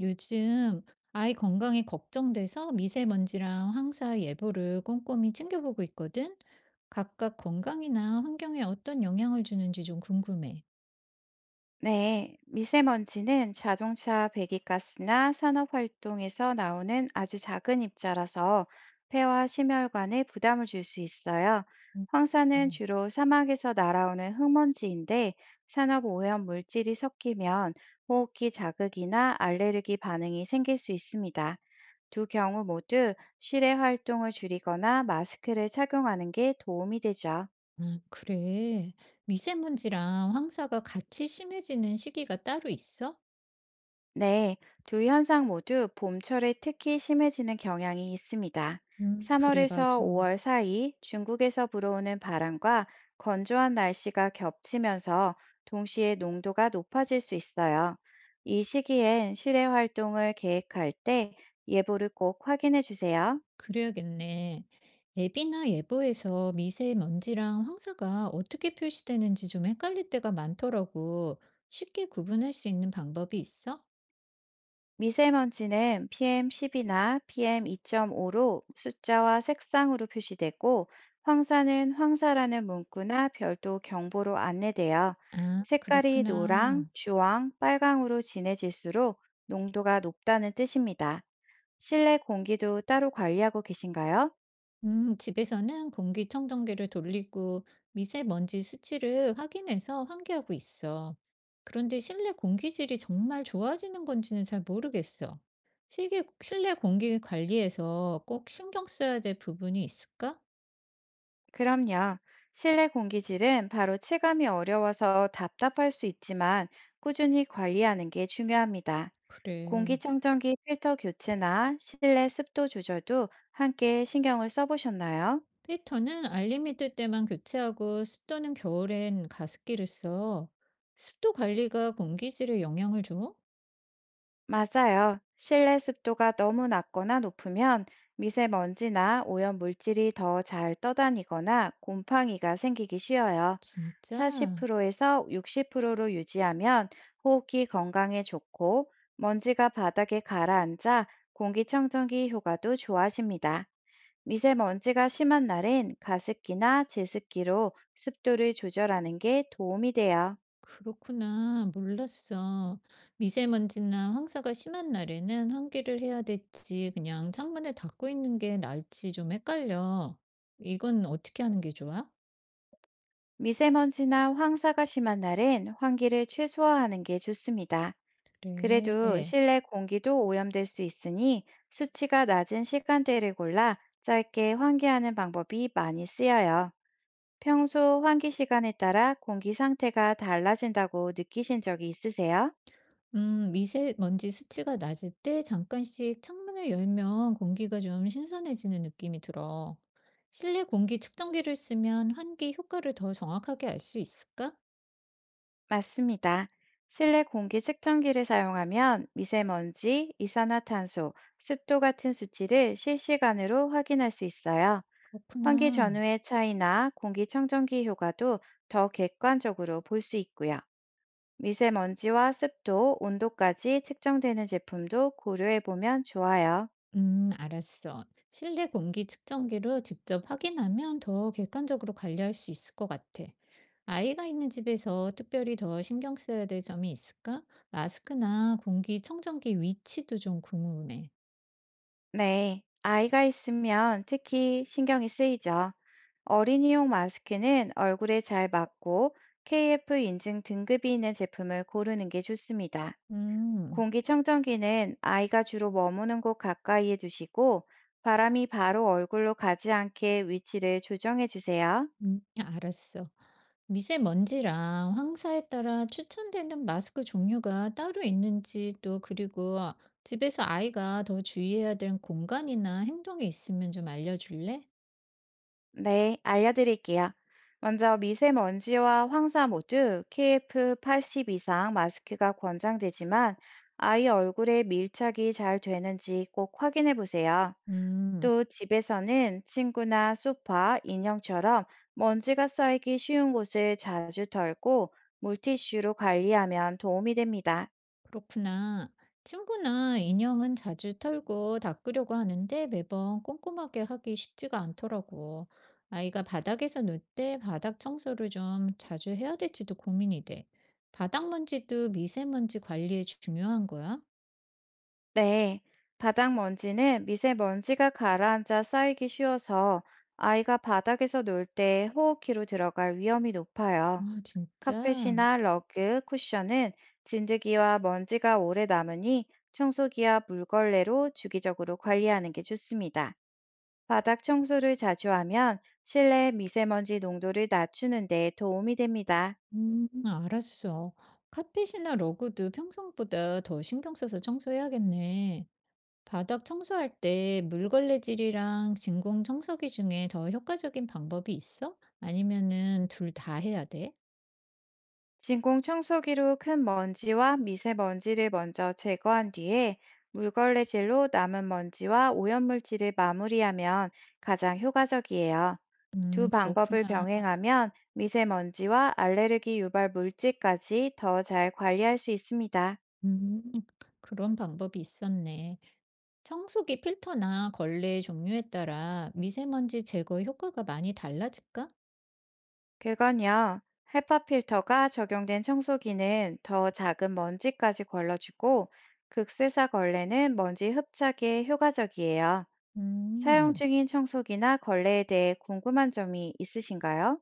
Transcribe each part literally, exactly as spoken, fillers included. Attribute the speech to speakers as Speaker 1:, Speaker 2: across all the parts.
Speaker 1: 요즘 아이 건강이 걱정돼서 미세먼지랑 황사 예보를 꼼꼼히 챙겨보고 있거든. 각각 건강이나 환경에 어떤 영향을 주는지 좀 궁금해.
Speaker 2: 네, 미세먼지는 자동차 배기가스나 산업활동에서 나오는 아주 작은 입자라서 폐와 심혈관에 부담을 줄 수 있어요.
Speaker 1: 음,
Speaker 2: 황사는
Speaker 1: 어,
Speaker 2: 주로 사막에서 날아오는 흙먼지인데 산업 오염 물질이 섞이면 호흡기 자극이나 알레르기 반응이 생길 수 있습니다. 두 경우 모두 실외 활동을 줄이거나 마스크를 착용하는 게 도움이 되죠.
Speaker 1: 음, 그래. 미세먼지랑 황사가 같이 심해지는 시기가 따로 있어?
Speaker 2: 네, 두 현상 모두 봄철에 특히 심해지는 경향이 있습니다.
Speaker 1: 음, 그래,
Speaker 2: 삼 월에서
Speaker 1: 맞아.
Speaker 2: 오 월 사이 중국에서 불어오는 바람과 건조한 날씨가 겹치면서 동시에 농도가 높아질 수 있어요. 이 시기엔 실외 활동을 계획할 때 예보를 꼭 확인해 주세요.
Speaker 1: 그래야겠네. 앱이나 예보에서 미세먼지랑 황사가 어떻게 표시되는지 좀 헷갈릴 때가 많더라고. 쉽게 구분할 수 있는 방법이 있어?
Speaker 2: 미세먼지는 피엠 십이나 피엠 이 점 오로 숫자와 색상으로 표시되고, 황사는 황사라는 문구나 별도 경보로 안내되어
Speaker 1: 아,
Speaker 2: 색깔이 노랑,
Speaker 1: 그렇구나.
Speaker 2: 주황, 빨강으로 진해질수록 농도가 높다는 뜻입니다. 실내 공기도 따로 관리하고 계신가요?
Speaker 1: 음, 집에서는 공기청정기를 돌리고 미세먼지 수치를 확인해서 환기하고 있어. 그런데 실내 공기질이 정말 좋아지는 건지는 잘 모르겠어. 실기, 실내 공기 관리에서 꼭 신경 써야 될 부분이 있을까?
Speaker 2: 그럼요. 실내 공기질은 바로 체감이 어려워서 답답할 수 있지만 꾸준히 관리하는 게 중요합니다.
Speaker 1: 그래.
Speaker 2: 공기청정기 필터 교체나 실내 습도 조절도 함께 신경을 써보셨나요?
Speaker 1: 필터는 알림이 뜰 때만 교체하고 습도는 겨울엔 가습기를 써. 습도 관리가 공기질에 영향을 줘?
Speaker 2: 맞아요. 실내 습도가 너무 낮거나 높으면 미세먼지나 오염 물질이 더 잘 떠다니거나 곰팡이가 생기기 쉬워요.
Speaker 1: 진짜?
Speaker 2: 사십 퍼센트에서 육십 퍼센트로 유지하면 호흡기 건강에 좋고 먼지가 바닥에 가라앉아 공기청정기 효과도 좋아집니다. 미세먼지가 심한 날엔 가습기나 제습기로 습도를 조절하는 게 도움이 돼요.
Speaker 1: 그렇구나. 몰랐어. 미세먼지나 황사가 심한 날에는 환기를 해야 될지 그냥 창문을 닫고 있는 게 나을지 좀 헷갈려. 이건 어떻게 하는 게 좋아?
Speaker 2: 미세먼지나 황사가 심한 날엔 환기를 최소화하는 게 좋습니다. 그래도
Speaker 1: 그래.
Speaker 2: 실내 공기도 오염될 수 있으니 수치가 낮은 시간대를 골라 짧게 환기하는 방법이 많이 쓰여요. 평소 환기 시간에 따라 공기 상태가 달라진다고 느끼신 적이 있으세요?
Speaker 1: 음, 미세먼지 수치가 낮을 때 잠깐씩 창문을 열면 공기가 좀 신선해지는 느낌이 들어. 실내 공기 측정기를 쓰면 환기 효과를 더 정확하게 알 수 있을까?
Speaker 2: 맞습니다. 실내 공기 측정기를 사용하면 미세먼지, 이산화탄소, 습도 같은 수치를 실시간으로 확인할 수 있어요. 환기
Speaker 1: 그렇구나.
Speaker 2: 전후의 차이나 공기청정기 효과도 더 객관적으로 볼 수 있고요. 미세먼지와 습도, 온도까지 측정되는 제품도 고려해 보면 좋아요.
Speaker 1: 음, 알았어. 실내 공기 측정기로 직접 확인하면 더 객관적으로 관리할 수 있을 것 같아. 아이가 있는 집에서 특별히 더 신경 써야 될 점이 있을까? 마스크나 공기 청정기 위치도 좀 궁금해.
Speaker 2: 네, 아이가 있으면 특히 신경이 쓰이죠. 어린이용 마스크는 얼굴에 잘 맞고 케이에프 인증 등급이 있는 제품을 고르는 게 좋습니다.
Speaker 1: 음,
Speaker 2: 공기청정기는 아이가 주로 머무는 곳 가까이에 두시고 바람이 바로 얼굴로 가지 않게 위치를 조정해 주세요.
Speaker 1: 음, 알았어. 미세먼지랑 황사에 따라 추천되는 마스크 종류가 따로 있는지 또 그리고 집에서 아이가 더 주의해야 될 공간이나 행동이 있으면 좀 알려줄래?
Speaker 2: 네, 알려드릴게요. 먼저 미세먼지와 황사 모두 케이에프 팔십 이상 마스크가 권장되지만 아이 얼굴에 밀착이 잘 되는지 꼭 확인해 보세요.
Speaker 1: 음.
Speaker 2: 또 집에서는 친구나 소파, 인형처럼 먼지가 쌓이기 쉬운 곳을 자주 털고 물티슈로 관리하면 도움이 됩니다.
Speaker 1: 그렇구나. 친구나 인형은 자주 털고 닦으려고 하는데 매번 꼼꼼하게 하기 쉽지가 않더라고. 아이가 바닥에서 놀 때 바닥 청소를 좀 자주 해야 될지도 고민이 돼. 바닥 먼지도 미세먼지 관리에 중요한 거야?
Speaker 2: 네. 바닥 먼지는 미세먼지가 가라앉아 쌓이기 쉬워서 아이가 바닥에서 놀 때 호흡기로 들어갈 위험이 높아요.
Speaker 1: 아, 진짜?
Speaker 2: 카펫이나 러그, 쿠션은 진드기와 먼지가 오래 남으니 청소기와 물걸레로 주기적으로 관리하는 게 좋습니다. 바닥 청소를 자주 하면 실내 미세먼지 농도를 낮추는 데 도움이 됩니다.
Speaker 1: 음, 알았어. 카펫이나 러그도 평소보다 더 신경 써서 청소해야겠네. 바닥 청소할 때 물걸레질이랑 진공 청소기 중에 더 효과적인 방법이 있어? 아니면은 둘 다 해야 돼?
Speaker 2: 진공 청소기로 큰 먼지와 미세먼지를 먼저 제거한 뒤에 물걸레질로 남은 먼지와 오염물질을 마무리하면 가장 효과적이에요. 두
Speaker 1: 음,
Speaker 2: 방법을
Speaker 1: 그렇구나.
Speaker 2: 병행하면 미세먼지와 알레르기 유발 물질까지 더 잘 관리할 수 있습니다.
Speaker 1: 음, 그런 방법이 있었네. 청소기 필터나 걸레 종류에 따라 미세먼지 제거 효과가 많이 달라질까?
Speaker 2: 그건요, 헤파 필터가 적용된 청소기는 더 작은 먼지까지 걸러주고 극세사 걸레는 먼지 흡착에 효과적이에요. 사용
Speaker 1: 음,
Speaker 2: 중인 청소기나 걸레에 대해 궁금한 점이 있으신가요?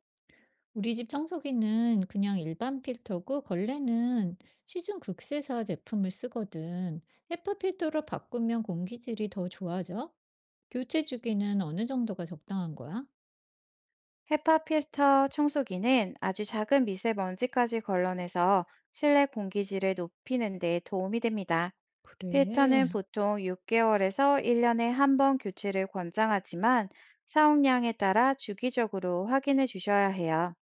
Speaker 1: 우리 집 청소기는 그냥 일반 필터고 걸레는 시중 극세사 제품을 쓰거든. 헤파 필터로 바꾸면 공기질이 더 좋아져? 교체 주기는 어느 정도가 적당한 거야?
Speaker 2: 헤파 필터 청소기는 아주 작은 미세먼지까지 걸러내서 실내 공기질을 높이는 데 도움이 됩니다. 필터는
Speaker 1: 그래.
Speaker 2: 보통 육 개월에서 일 년에 한 번 교체를 권장하지만 사용량에 따라 주기적으로 확인해 주셔야 해요.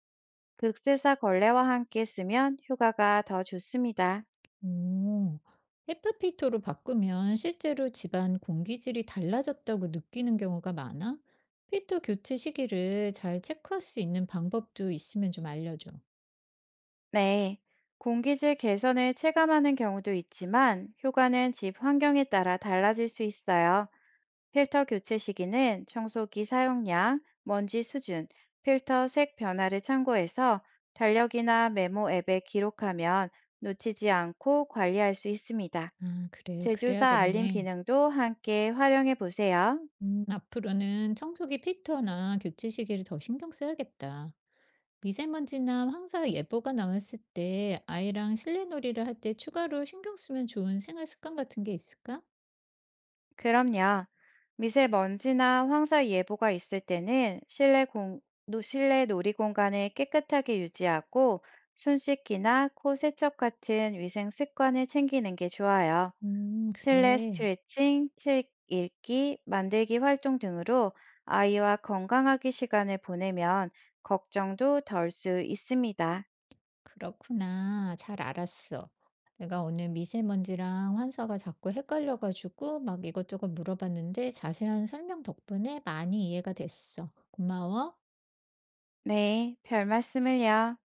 Speaker 2: 극세사 걸레와 함께 쓰면 효과가 더 좋습니다.
Speaker 1: 오. 헤파 필터로 바꾸면 실제로 집안 공기질이 달라졌다고 느끼는 경우가 많아? 필터 교체 시기를 잘 체크할 수 있는 방법도 있으면 좀 알려줘.
Speaker 2: 네. 공기질 개선을 체감하는 경우도 있지만 효과는 집 환경에 따라 달라질 수 있어요. 필터 교체 시기는 청소기 사용량, 먼지 수준, 필터 색 변화를 참고해서 달력이나 메모 앱에 기록하면 놓치지 않고 관리할 수 있습니다.
Speaker 1: 아, 그래.
Speaker 2: 제조사 알림
Speaker 1: 그래야겠네.
Speaker 2: 기능도 함께 활용해 보세요.
Speaker 1: 음, 앞으로는 청소기 필터나 교체 시기를 더 신경 써야겠다. 미세먼지나 황사 예보가 나왔을 때 아이랑 실내 놀이를 할 때 추가로 신경 쓰면 좋은 생활 습관 같은 게 있을까?
Speaker 2: 그럼요. 미세먼지나 황사 예보가 있을 때는 실내 공, 노- 실내 놀이 공간을 깨끗하게 유지하고 손 씻기나 코 세척 같은 위생 습관을 챙기는 게 좋아요.
Speaker 1: 음,
Speaker 2: 실내
Speaker 1: 그래.
Speaker 2: 스트레칭, 책 읽기, 만들기 활동 등으로 아이와 건강하게 시간을 보내면 걱정도 덜 수 있습니다.
Speaker 1: 그렇구나. 잘 알았어. 내가 오늘 미세먼지랑 환사가 자꾸 헷갈려가지고 막 이것저것 물어봤는데 자세한 설명 덕분에 많이 이해가 됐어. 고마워.
Speaker 2: 네, 별 말씀을요.